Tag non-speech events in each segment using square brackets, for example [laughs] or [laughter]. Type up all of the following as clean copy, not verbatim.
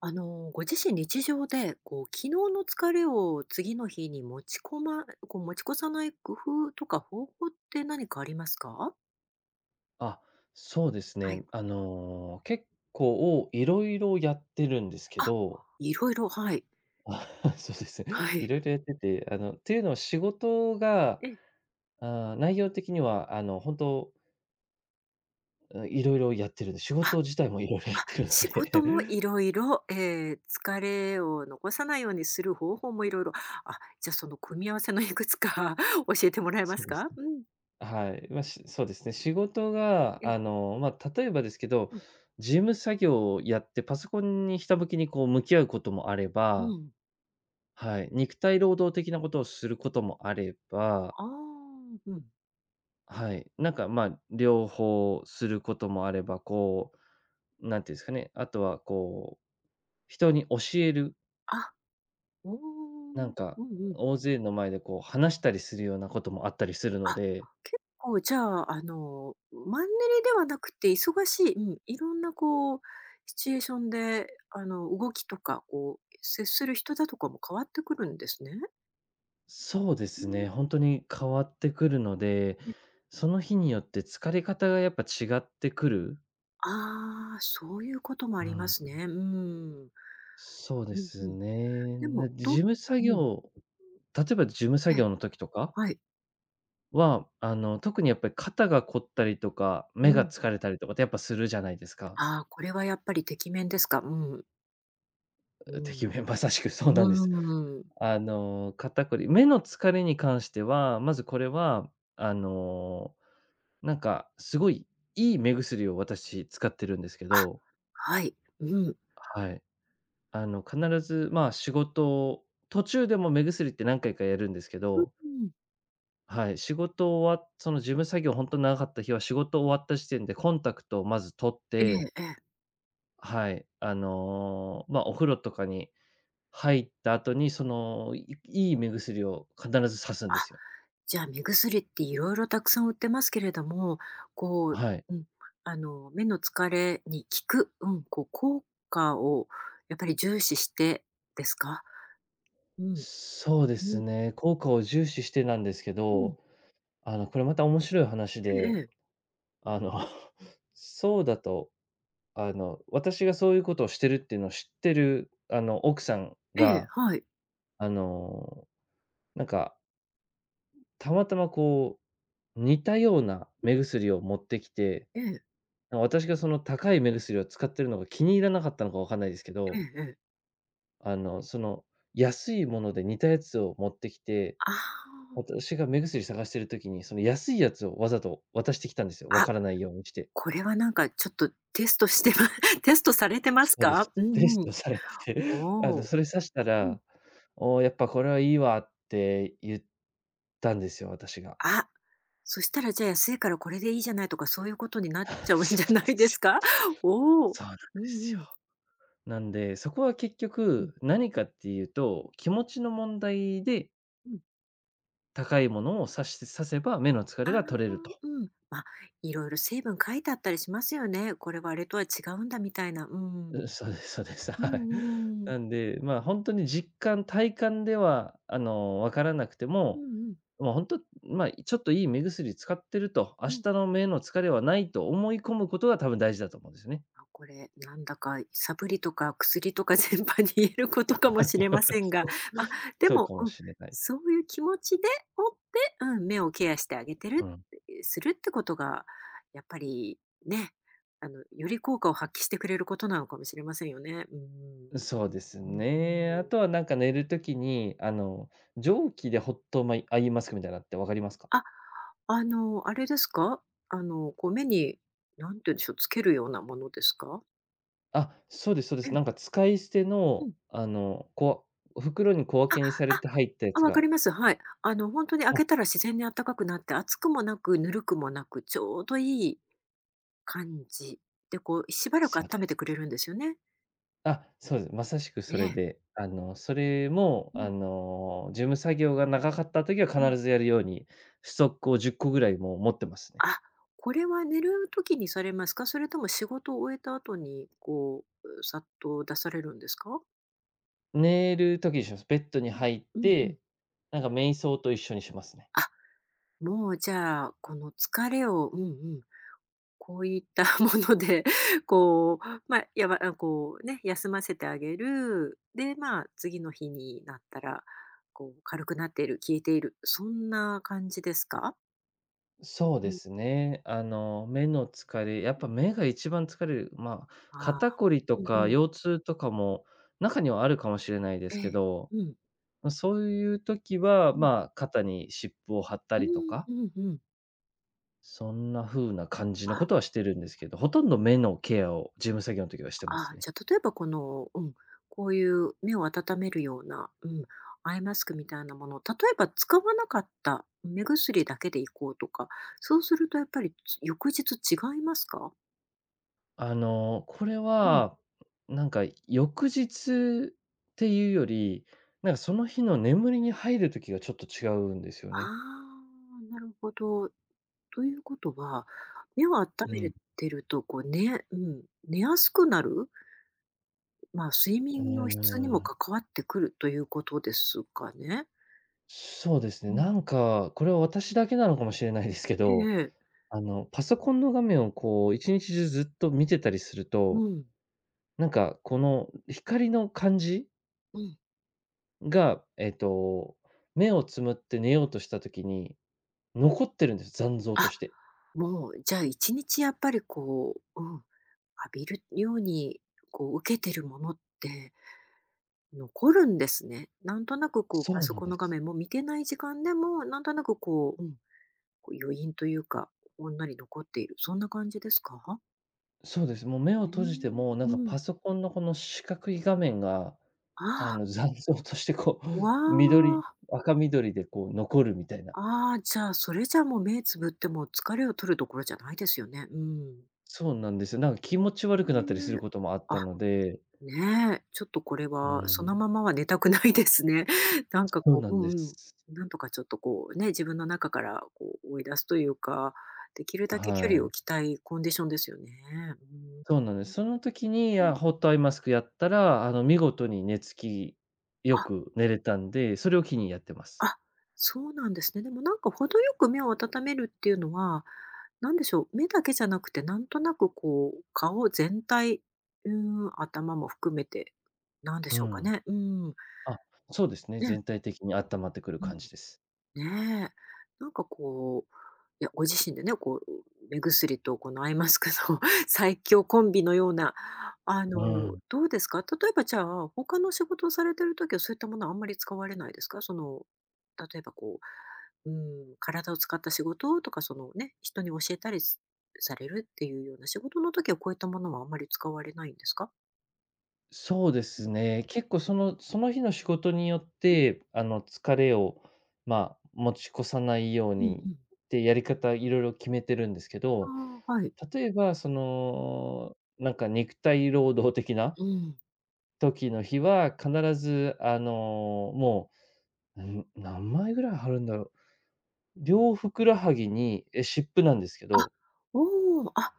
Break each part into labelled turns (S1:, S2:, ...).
S1: ご自身日常で、こう、昨日の疲れを次の日に持ち込まこう、持ち越さない工夫とか方法って何かありますか？
S2: あ、そうです
S1: はい。
S2: ね。結構いろいろやってるんですけ
S1: あ、
S2: ど、
S1: いろいろ、はい。
S2: [laughs] そうですね。
S1: は
S2: い
S1: い。
S2: ろいろやってて、っていうのは仕事が、
S1: ええ。
S2: あ、内容的には本当うんいろいろやってるんで、仕
S1: あ、
S2: 事自体もいろいろやっ
S1: あ、
S2: てるの
S1: 仕事も
S2: で、
S1: いろえろえー疲れを残さないようにする方法もいろいろ。あ、じゃ、その組み合わせのいくつか [laughs] 教えても
S2: [laughs]
S1: らえま
S2: そ
S1: す
S2: うです
S1: か？
S2: ね。
S1: うん。
S2: はい。まあ、そうですね、仕事が
S1: ええ、
S2: まあ、例えばですけど、
S1: うん、
S2: 事務作業をやってパソコンにひたむきにこう向き合うこともあれ
S1: う
S2: ば、
S1: ん。
S2: はい、肉体労働的なことをすることもあれば、
S1: ああ、うん。
S2: はい。なんか、まあ、両方することもあれば、こう、なんていうんですかね、あとはこう、人に教える、
S1: あ、おお、う
S2: な
S1: んう
S2: ん
S1: ん、あ
S2: か、
S1: あ、うん、あ、お、うんうん。
S2: 大勢の前でこう話したりするようなこともあったりするの
S1: あ、
S2: で、
S1: 結構じゃあ、マンネリではなくて、忙しい、うん、いろんなこう、シチュエーションで、動きとか、こう、接する人だとかも変わってくるんですね。
S2: そうで
S1: う
S2: すね、
S1: ん。
S2: 本当に変わってくるので、
S1: え、
S2: その日によって疲れ方がやっぱ違ってくる。
S1: ああ、そういうこともあ
S2: う
S1: りま
S2: ん。
S1: すね。うん。
S2: そう
S1: う
S2: で
S1: んう
S2: す
S1: ん。
S2: ね。
S1: でも、
S2: な事
S1: どう。
S2: 務作
S1: うん。
S2: 業例えば事務作
S1: ええ、
S2: 業の時とか
S1: はい。
S2: は、特にやっぱり肩が凝ったりとか、
S1: う
S2: 目が
S1: ん。
S2: 疲れたりとかってやっぱするじゃないですか。
S1: ああ、これはやっぱりてきめんですか。うん。う
S2: うてき
S1: ん。
S2: めまさしくそうなんです。
S1: うーん。
S2: 肩こり目の疲れに関しては、まずこれは、あの、なんかすごいいい目薬を私使ってるんですけ
S1: あ、
S2: ど、
S1: はい。うん。
S2: はい。必ず、まあ、仕事途中でも目薬って何回かやるんですけ
S1: うんうんうん、あ、はい、
S2: ど、
S1: うんうんうん、
S2: はい、仕事終わっその事務作業本当に長かった日は仕事終わった時点でコンタクトをまず取っ
S1: え
S2: て、
S1: えええ。
S2: はい。まあ、お風呂とかに入った後に、その、いいい目薬を必ず刺すん
S1: あ、
S2: ですよ。
S1: じゃあ、目薬っていろいろたくさん売ってますけれども、こう、
S2: はい。
S1: うん、目の疲れに効く、うん、こう、効果をやっぱり重視してですか？うん。
S2: そうで
S1: うん、
S2: すね、効果を重視してなんですけ
S1: うん。
S2: ど、これまた面白い話
S1: ええ
S2: で、
S1: ええ。
S2: あの、[laughs] そうだと、私がそういうことをしてるっていうのを知ってる、奥さんが、
S1: はい。
S2: あの、なんか、たまたまこう、似たような目薬を持ってきて、
S1: ええ、
S2: 私がその高い目薬を使ってるのが気に入らなかったのかわかんないですけ
S1: え
S2: ど、
S1: えええ。
S2: その安いもので似たやつを持ってきて、
S1: ああ。
S2: 私が目薬探してる時に、その安いやつをわざと渡してきたんですよ、わ
S1: あ、
S2: からないようにして。
S1: これはなんかちょっとテストしてま [laughs] テストされてます
S2: そうです。
S1: か？う
S2: [laughs] テ
S1: ん
S2: ス
S1: うん。
S2: トされてて、[laughs]
S1: おお。
S2: それさした
S1: うん。
S2: ら、「お、やっぱこれはいいわ」って言ったんですよ、私が。
S1: あ、そしたらじゃあ安いからこれでいいじゃないとかそういうことにな
S2: [laughs]
S1: っちゃうん
S2: そ
S1: じゃ
S2: うなん
S1: な
S2: で
S1: いで
S2: す
S1: す
S2: よ。
S1: か？[laughs] おお。
S2: そうなんで
S1: うんう
S2: すよ。
S1: ん。
S2: なんで、そこは結
S1: うん。
S2: 局、何かっていうと、気持ちの問題で
S1: うん。
S2: 高いものを差して、差せば目の疲
S1: あ
S2: れ
S1: あ、
S2: が取れると。
S1: うん。まあ、いろいろ成分書いてあったりしますよね。これはあれとは違うんだみたいな。うん。
S2: そうです、そうです。[laughs]
S1: う
S2: はい。
S1: んうん。
S2: なんで、まあ、ほんとに実感、体感では、わからなくて
S1: うん
S2: も、
S1: うん。
S2: もうほんと、まあ、ちょっといい目薬使ってると、明
S1: う
S2: 日
S1: ん。
S2: の目の疲れはないと思い込むことが多分大事だと思うんですよね。
S1: あ、これなんだかサプリとか薬とか [laughs] 全般に言えることかもしれま
S2: [laughs]
S1: せんが、
S2: そう。
S1: あ、で
S2: そう
S1: も、
S2: かも
S1: うん、
S2: しれない。
S1: そういう気持ちで持って、うん、目をケアしてあげて
S2: う
S1: る
S2: ん。
S1: ってするってことが、やっぱりね、より効果を発揮してくれることなのかもしれませんよね。うん。
S2: そうです
S1: うんう
S2: ね。あ
S1: ん。
S2: とはなんか寝る時に、蒸気でホットマイアイマスクみたいなのって分かりますか？
S1: あ、あれですか？こう目に、何て言うんでしょう、つけるようなものですか？
S2: あ、そうです、そうです。
S1: う
S2: なんか使い捨て
S1: ん、う
S2: の、
S1: ん。
S2: こわ袋に小分けにされ
S1: あ、
S2: て入ったや
S1: あ、
S2: つ
S1: わか
S2: が、
S1: ります。はい。あの、ほんとに開
S2: あ、
S1: けたら自然にあったかくなって、熱くもなく、ぬるくもなく、ちょうどいい感じで、こうしばらくあ
S2: そ
S1: っ
S2: う
S1: た
S2: で
S1: めてくれ
S2: す。
S1: るんですよね。
S2: あ、そうです。まさしく
S1: え
S2: それ
S1: え。
S2: で、それも、
S1: うん、
S2: 事務作業が長かった時は
S1: うん。
S2: 必ずやるように、ストックを10個ぐらいもう持ってますね。
S1: あ、これは寝る時にされますか？それとも仕事を終えた後に、こう、う、さっと出されるんですか？
S2: 寝る時にします。ベッドに
S1: うん、
S2: 入っ
S1: うんうん。
S2: て、なんか瞑想と一緒にしますね。
S1: あ、もうじゃあ、この疲れを、うんうん、こういった [laughs] もので、[laughs] こう、まあ、やばあ、こうね、休ませてあげる。で、まあ、次の日になったら、こう軽くなっている、消えている、そんな感じですか？
S2: そう
S1: う
S2: で
S1: ん。
S2: すね。目の疲れ、やっぱ目が一番疲れる。まあ、
S1: ああ、
S2: 肩こりと
S1: うんう
S2: か
S1: ん。
S2: 腰痛とかも中にはあるかもしれないで
S1: え
S2: すけ
S1: え。
S2: ど、
S1: うん。
S2: ま、そういう時
S1: う
S2: は、
S1: ん。
S2: まあ、肩に湿布を貼った
S1: う
S2: りと
S1: ん
S2: か、
S1: うんうん。
S2: そんな風な感じ
S1: あ、
S2: のことはしてるんですけど、ほとんど目のケアを事務作業の時はしてま
S1: あ
S2: す
S1: あ、じ
S2: ね。
S1: ゃあ、例えばこの、うん、こういう目を温めるような、うん、アイマスクみたいなものを、例えば使わなかった目薬だけでいこうとか、そうするとやっぱり翌日違いますか？
S2: これ
S1: うん。
S2: は、なんか翌日っていうより、なんかその日の眠りに入る時がちょっと違うんですよ
S1: あ
S2: ね。
S1: あ、なるほど。ということは、目を温
S2: うん。
S1: めてると、こう、ね、うん、寝やすくなる、まあ、睡
S2: うー
S1: 眠の質にも
S2: ん、
S1: 関わってくるということですかね？
S2: そうです
S1: う
S2: ね。な
S1: ん。
S2: んか、これは私だけなのかもしれないですけ
S1: え
S2: ど、
S1: え。
S2: パソコンの画面をこう1日中ずっと見てたりする
S1: う
S2: と、
S1: ん、
S2: なんかこの光の感じ
S1: うん。
S2: が、目をつむって寝ようとした時に、残ってるんです、残像
S1: あ、
S2: として。
S1: もう、じゃあ1日やっぱりこう、うん、浴びるように、こう受けてるものって残るんですね。なんとなくこうパ
S2: そう
S1: ソ
S2: なん
S1: コン
S2: で
S1: の画
S2: す。
S1: 面も見てない時間でも、なんとなくこう、うん、こう余韻というか、女に残っている。そんな感じですか？
S2: そうです。もう目を
S1: え
S2: 閉じて
S1: ー、
S2: も、なん
S1: う
S2: か
S1: ん。
S2: パソコンのこの四角い画面が、
S1: あ
S2: 残像としてこう、
S1: あ、
S2: [laughs]
S1: わ
S2: 緑
S1: あ。
S2: 赤緑でこう残るみたいな。
S1: ああ、じゃあ、それじゃあもう目つぶっても疲れを取るところじゃないですよね。うん。
S2: そうなんですよ。なんか気持ち悪
S1: へえ
S2: くなったりする
S1: ー。
S2: こともあった
S1: あ、
S2: ので、
S1: ねえ、ちょっとこれ
S2: う
S1: はそ
S2: ん、
S1: のままは寝たくないですね。[laughs] なんか
S2: そう
S1: こ
S2: な
S1: う、
S2: んで
S1: うん
S2: す。
S1: うん、なんとかちょっとこうね、自分の中からこう追い出すというか、できるだけ距離
S2: は
S1: を
S2: い。
S1: 置きたいコンディションですよね。う
S2: そうなんで
S1: ん。
S2: す。その時に、
S1: う
S2: あ、
S1: ん。
S2: ホットアイマスクやったら、見事に寝つきよ
S1: あ、
S2: く寝れたんで、それを機にやってます。
S1: あ、そうなんですね。でもなんか程よく目を温めるっていうのは、なんでしょう、目だけじゃなくて、なんとなくこう顔全体、うん、頭も含めて、なんで
S2: う
S1: しょうか
S2: ん。
S1: ね。うん。
S2: あ、そうですね、
S1: ね、
S2: 全体的に温まってくる
S1: うん。
S2: 感じです。
S1: ねえ。なんかこう、いや、ご自身でね、こう、目薬とこのアイマスクの [laughs] 最強コンビのような、
S2: うん。
S1: どうですか、例えばじゃあ、他の仕事をされてるときはそういったものはあんまり使われないですか、その、例えばこう、うん、体を使った仕事とか、そのね、人に教えたりされるっていうような仕事の時はこういったものはあんまり使われないんですか。
S2: そうですね、結構その日の仕事によっ
S1: うん
S2: て、疲れを、まあ、持ち越さないよう
S1: うん
S2: に
S1: う
S2: っ
S1: ん、
S2: てやり方いろいろ決めてるんですけど、
S1: ああ、はい。
S2: 例えば、その、なんか肉体労働的な
S1: うん。
S2: 時の日は、必ず、もう、何枚ぐらい貼るんだろう。両ふくらはぎに、湿布なんですけ
S1: あ、
S2: ど、
S1: おお、あ、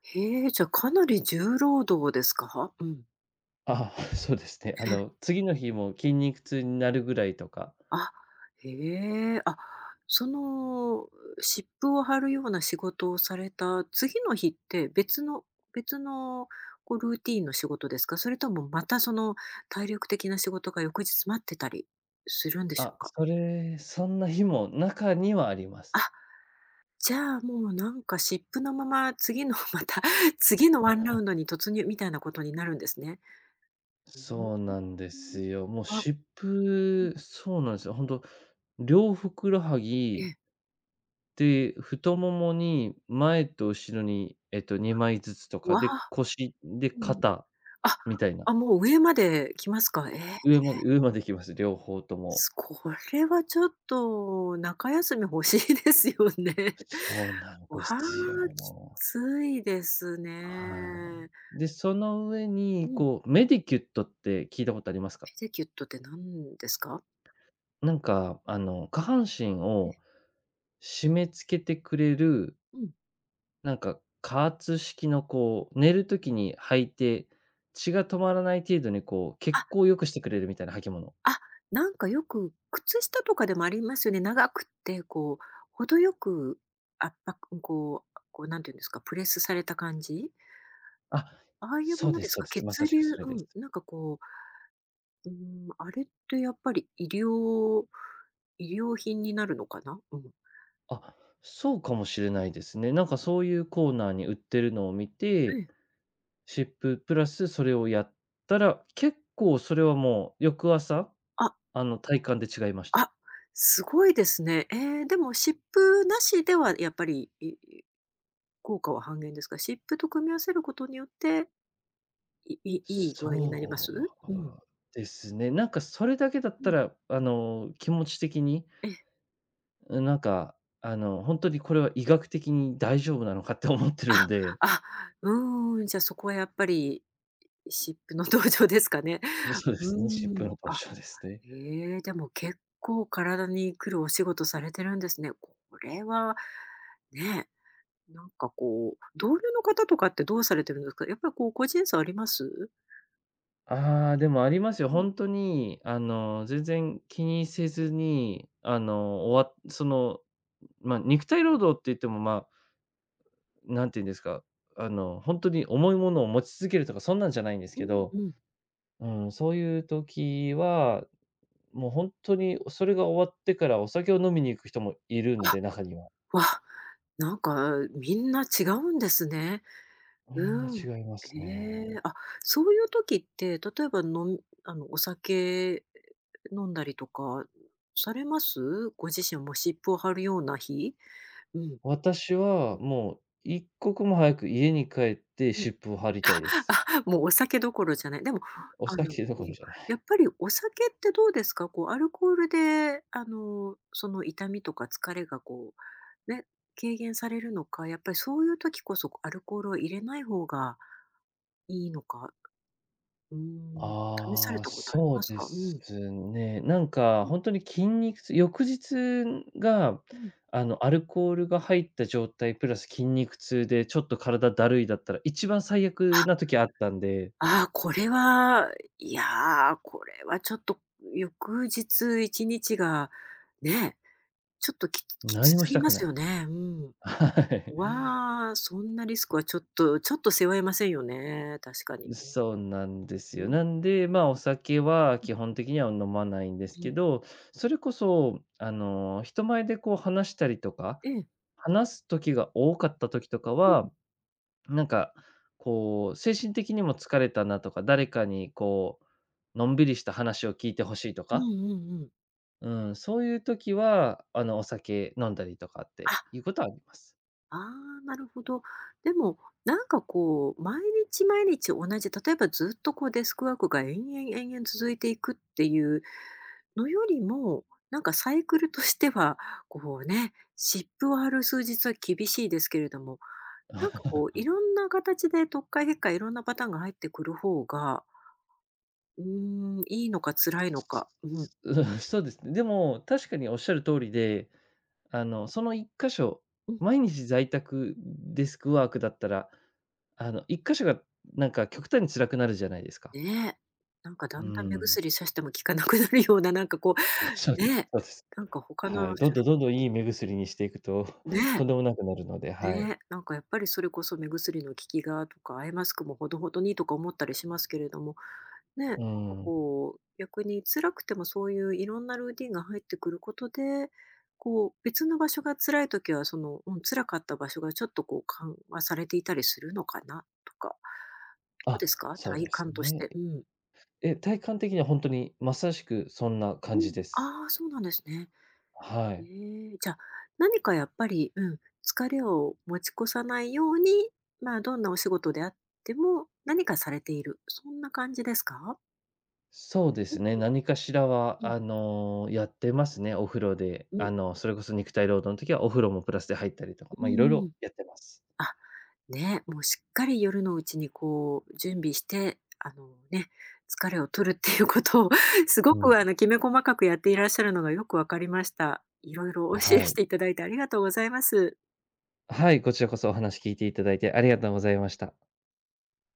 S1: へえ、じゃ、かなり重労働ですか？うん。
S2: あ、[laughs] そうですね。次の日も筋肉痛になるぐらいとか、
S1: あ、へえ。あ、その、湿布を貼るような仕事をされた次の日って別のこうルーティーンの仕事ですか？それともまたその体力的な仕事が翌日待ってたりするんでしょう
S2: あ、
S1: か？
S2: そんな日も中にはあります。
S1: あ、じゃあもうなんか湿布のまま次の [laughs] また次のワンラウンドに突入みたいなことになるんですね。う
S2: そう
S1: ん。
S2: なんですよ。もう
S1: あ、
S2: 湿布そうなんですよ。本当両ふくらは
S1: え
S2: ぎ
S1: え。
S2: で、太ももに前と後ろに、2枚ずつとか
S1: わ
S2: で、
S1: あ、
S2: 腰、で、
S1: うん。
S2: 肩
S1: あ、
S2: みたいな。
S1: あ、もう上まで来ますか。えー、
S2: 上まで、上まで行きます、両方と
S1: す
S2: も。
S1: これはちょっと中休み欲しいですよね。[laughs]
S2: そうなん
S1: わ
S2: で
S1: あ、
S2: すよ、
S1: きついです
S2: は
S1: ね。
S2: い。で、その上
S1: う
S2: に、
S1: ん、
S2: こう、メディキュットって聞いたことありますか？
S1: ペディキュットって何ですか？
S2: なんか、下半身を締め付けてくれる、
S1: うん。
S2: なんか、加圧式の、こう、寝る時に履いて、血が止まらない程度に、こう、
S1: あ、
S2: 血行を良くしてくれるみたいな履物。
S1: あ、なんかよく靴下とかでもありますよね。長くってこう程よく圧迫、こうこうなんていうんですか、プレスされた感じ？
S2: あ、
S1: ああいうも
S2: そう
S1: の
S2: で
S1: で
S2: す、
S1: す
S2: そう
S1: か？
S2: で
S1: 血
S2: す。まさし
S1: 流、
S2: くそれ
S1: う
S2: で
S1: ん、
S2: す。
S1: なんかこう、うん、あれってやっぱり医療品になるのかな？うん。
S2: あ、そうかもしれないですね。なんかそういうコーナーに売ってるのを見
S1: え
S2: て、
S1: え。
S2: 湿布プラスそれをやったら、結構それはもう翌朝、
S1: あ、
S2: 体感で違いました。
S1: あ、すごいですね。えー、でも湿布なしではやっぱり、いい効果は半減ですか？湿布と組み合わせることによって、いい具合になりま
S2: そ
S1: す？うん。
S2: うですね。なんかそれだけだっ
S1: う
S2: た
S1: ん。
S2: ら、気持ち的に、
S1: ええ。
S2: うん、なんか、本当にこれは医学的に大丈夫なのかって思ってる
S1: あ、
S2: んで、
S1: あ、うーん、じゃ、そこはやっぱり湿布の [laughs] 登場ですかね。
S2: そうで
S1: うー
S2: すね、湿布
S1: ん、
S2: の場
S1: あ、
S2: 所ですね。
S1: ええ、でも結構体に来るお仕事されてるんですね。これは、ね、なんかこう、同僚の方とかってどうされてるんですか？やっぱりこう個人差あります？
S2: ああ、でもありますよ。
S1: うん、
S2: 本当に、全然気にせずに、終わっその、まあ、肉体労働って言っても、まあ、なんて言うんですか、本当に重いものを持ち続けるとか、そんなんじゃないんです
S1: う
S2: け
S1: ん
S2: ど、
S1: うん。
S2: うん、そういう時は、もう本当にそれが終わってからお酒を飲みに行く人もいるん
S1: あ、
S2: で、中には。
S1: わ、なんかみんな違うんですね。
S2: みんな
S1: うん。
S2: 違います
S1: ええ、
S2: ね。
S1: あ、そういう時って、例えばのみあの、お酒飲んだりとかされます？ご自身も湿布を貼るような日？うん。うん
S2: 私
S1: う
S2: は
S1: ん。
S2: もう一刻も早く家に帰って湿布を貼りたい
S1: [laughs]
S2: です。
S1: あ、もうお酒どころじゃない。でも、
S2: お酒ど
S1: うん、
S2: ころじゃない。
S1: やっぱりお酒ってどうですか？こうアルコールで、あの、その痛みとか疲れがこう、ね、軽減されるのか、やっぱりそういう時こそアルコールを入れない方がいいのか、うーん、試され
S2: ああ、
S1: たことあり
S2: そ
S1: ま
S2: う
S1: す
S2: で
S1: か？うん。
S2: すね。なん
S1: う
S2: か
S1: ん
S2: ほんとに筋肉痛翌日が、
S1: うん。
S2: アルコールが入った状態プラス筋肉痛でちょっと体だるいだったら、一番最
S1: あ、
S2: 悪な時あったんで、
S1: ああこれは、いやー、これはちょっと翌日1日がね、ちょっときつ
S2: 何も
S1: す
S2: し
S1: ぎ
S2: た
S1: ま
S2: く
S1: す
S2: ない。
S1: よね。うん。
S2: [laughs] は
S1: わあ、そんなリスクはちょっとちょっと背負えませんよね、確かに。
S2: い。そうなんで
S1: う
S2: すよ。
S1: ん、
S2: なんで、まあ、お酒は基本的には飲まないんです
S1: うん、
S2: けど、それこそ、人前でこう話したりとか、
S1: ええ、
S2: 話す時が多かった時とか
S1: うん、
S2: は、なんか、こう、精神的にも疲れたなとか、誰かにこう、のんびりした話を聞いてほしいと
S1: うん
S2: か、
S1: うんうん。
S2: うん、そういう時は、お酒飲んだりとかっ
S1: あ、
S2: ていうことはあります。
S1: ああ、なるほど。でも、なんかこう、毎日毎日同じ、例えばずっとこうデスクワークが延々延々続いていくっていうのよりも、なんかサイクルとしては、こうね、湿布を張る数日は厳しいですけれども、なんかこうい
S2: [laughs]
S1: ろんな形で、特化結果いろんなパターンが入ってくる方が、うーん、いいのか辛いのか、うん。
S2: うん、そうですね。でも、確かにおっしゃる通りで、その一箇所、
S1: うん。
S2: 毎日在宅デスクワークだったら、一箇所がなんか極端に辛くなるじゃないですか。
S1: ねえ。なんかだ
S2: う
S1: んだん目
S2: ん。
S1: 薬さしても効かなくなるような、なんかこ
S2: [laughs] そう、そう、
S1: う、
S2: そ
S1: ねえ、
S2: うです。
S1: なんか他
S2: は
S1: の
S2: い、どん
S1: 主
S2: ど
S1: 婦。
S2: んどんどんいい目薬にしていくと、
S1: ね
S2: [laughs]
S1: え、
S2: とんでもなくなるので、は
S1: ね
S2: い。
S1: え、なんかやっぱりそれこそ目薬の効きがとか、アイマスクもほどほどにとか思ったりしますけれども、ね、なんか
S2: うん。
S1: こう、逆に辛くてもそういういろんなルーティンが入ってくることで、こう、別の場所が辛いときは、その、うん、辛かった場所がちょっとこう緩和されていたりするのかなとか、どう
S2: あ、
S1: ですか？
S2: そう
S1: 体
S2: です
S1: 感とし
S2: ね。
S1: て。うん。
S2: え、体感的には本当にまさしくそんな
S1: う
S2: 感じ
S1: ん。
S2: です。
S1: ああ、そうなんですね。
S2: は
S1: え
S2: い。
S1: ー、じゃあ、何かやっぱり、うん、疲れを持ち越さないように、まあ、どんなお仕事であっても、何かされている、そんな感じですか？
S2: そうで
S1: うん、
S2: すね、何かしら
S1: う
S2: は、
S1: ん、
S2: やってますね、お風呂で。
S1: うん、
S2: それこそ肉体労働の時はお風呂もプラスで入ったりとか、
S1: う
S2: まあ、いろい
S1: ん、
S2: ろやってます。
S1: あ、ね、もうしっかり夜のうちにこう準備して、あのね、疲れを取るっていうことを [laughs] すご
S2: うん。
S1: くあのきめ細かくやっていらっしゃるのがよくわかりました。いろいろお教え
S2: は
S1: し
S2: い。
S1: ていただいてありがとうございます。
S2: はい、こちらこそお話聞いていただいてありがとうございました。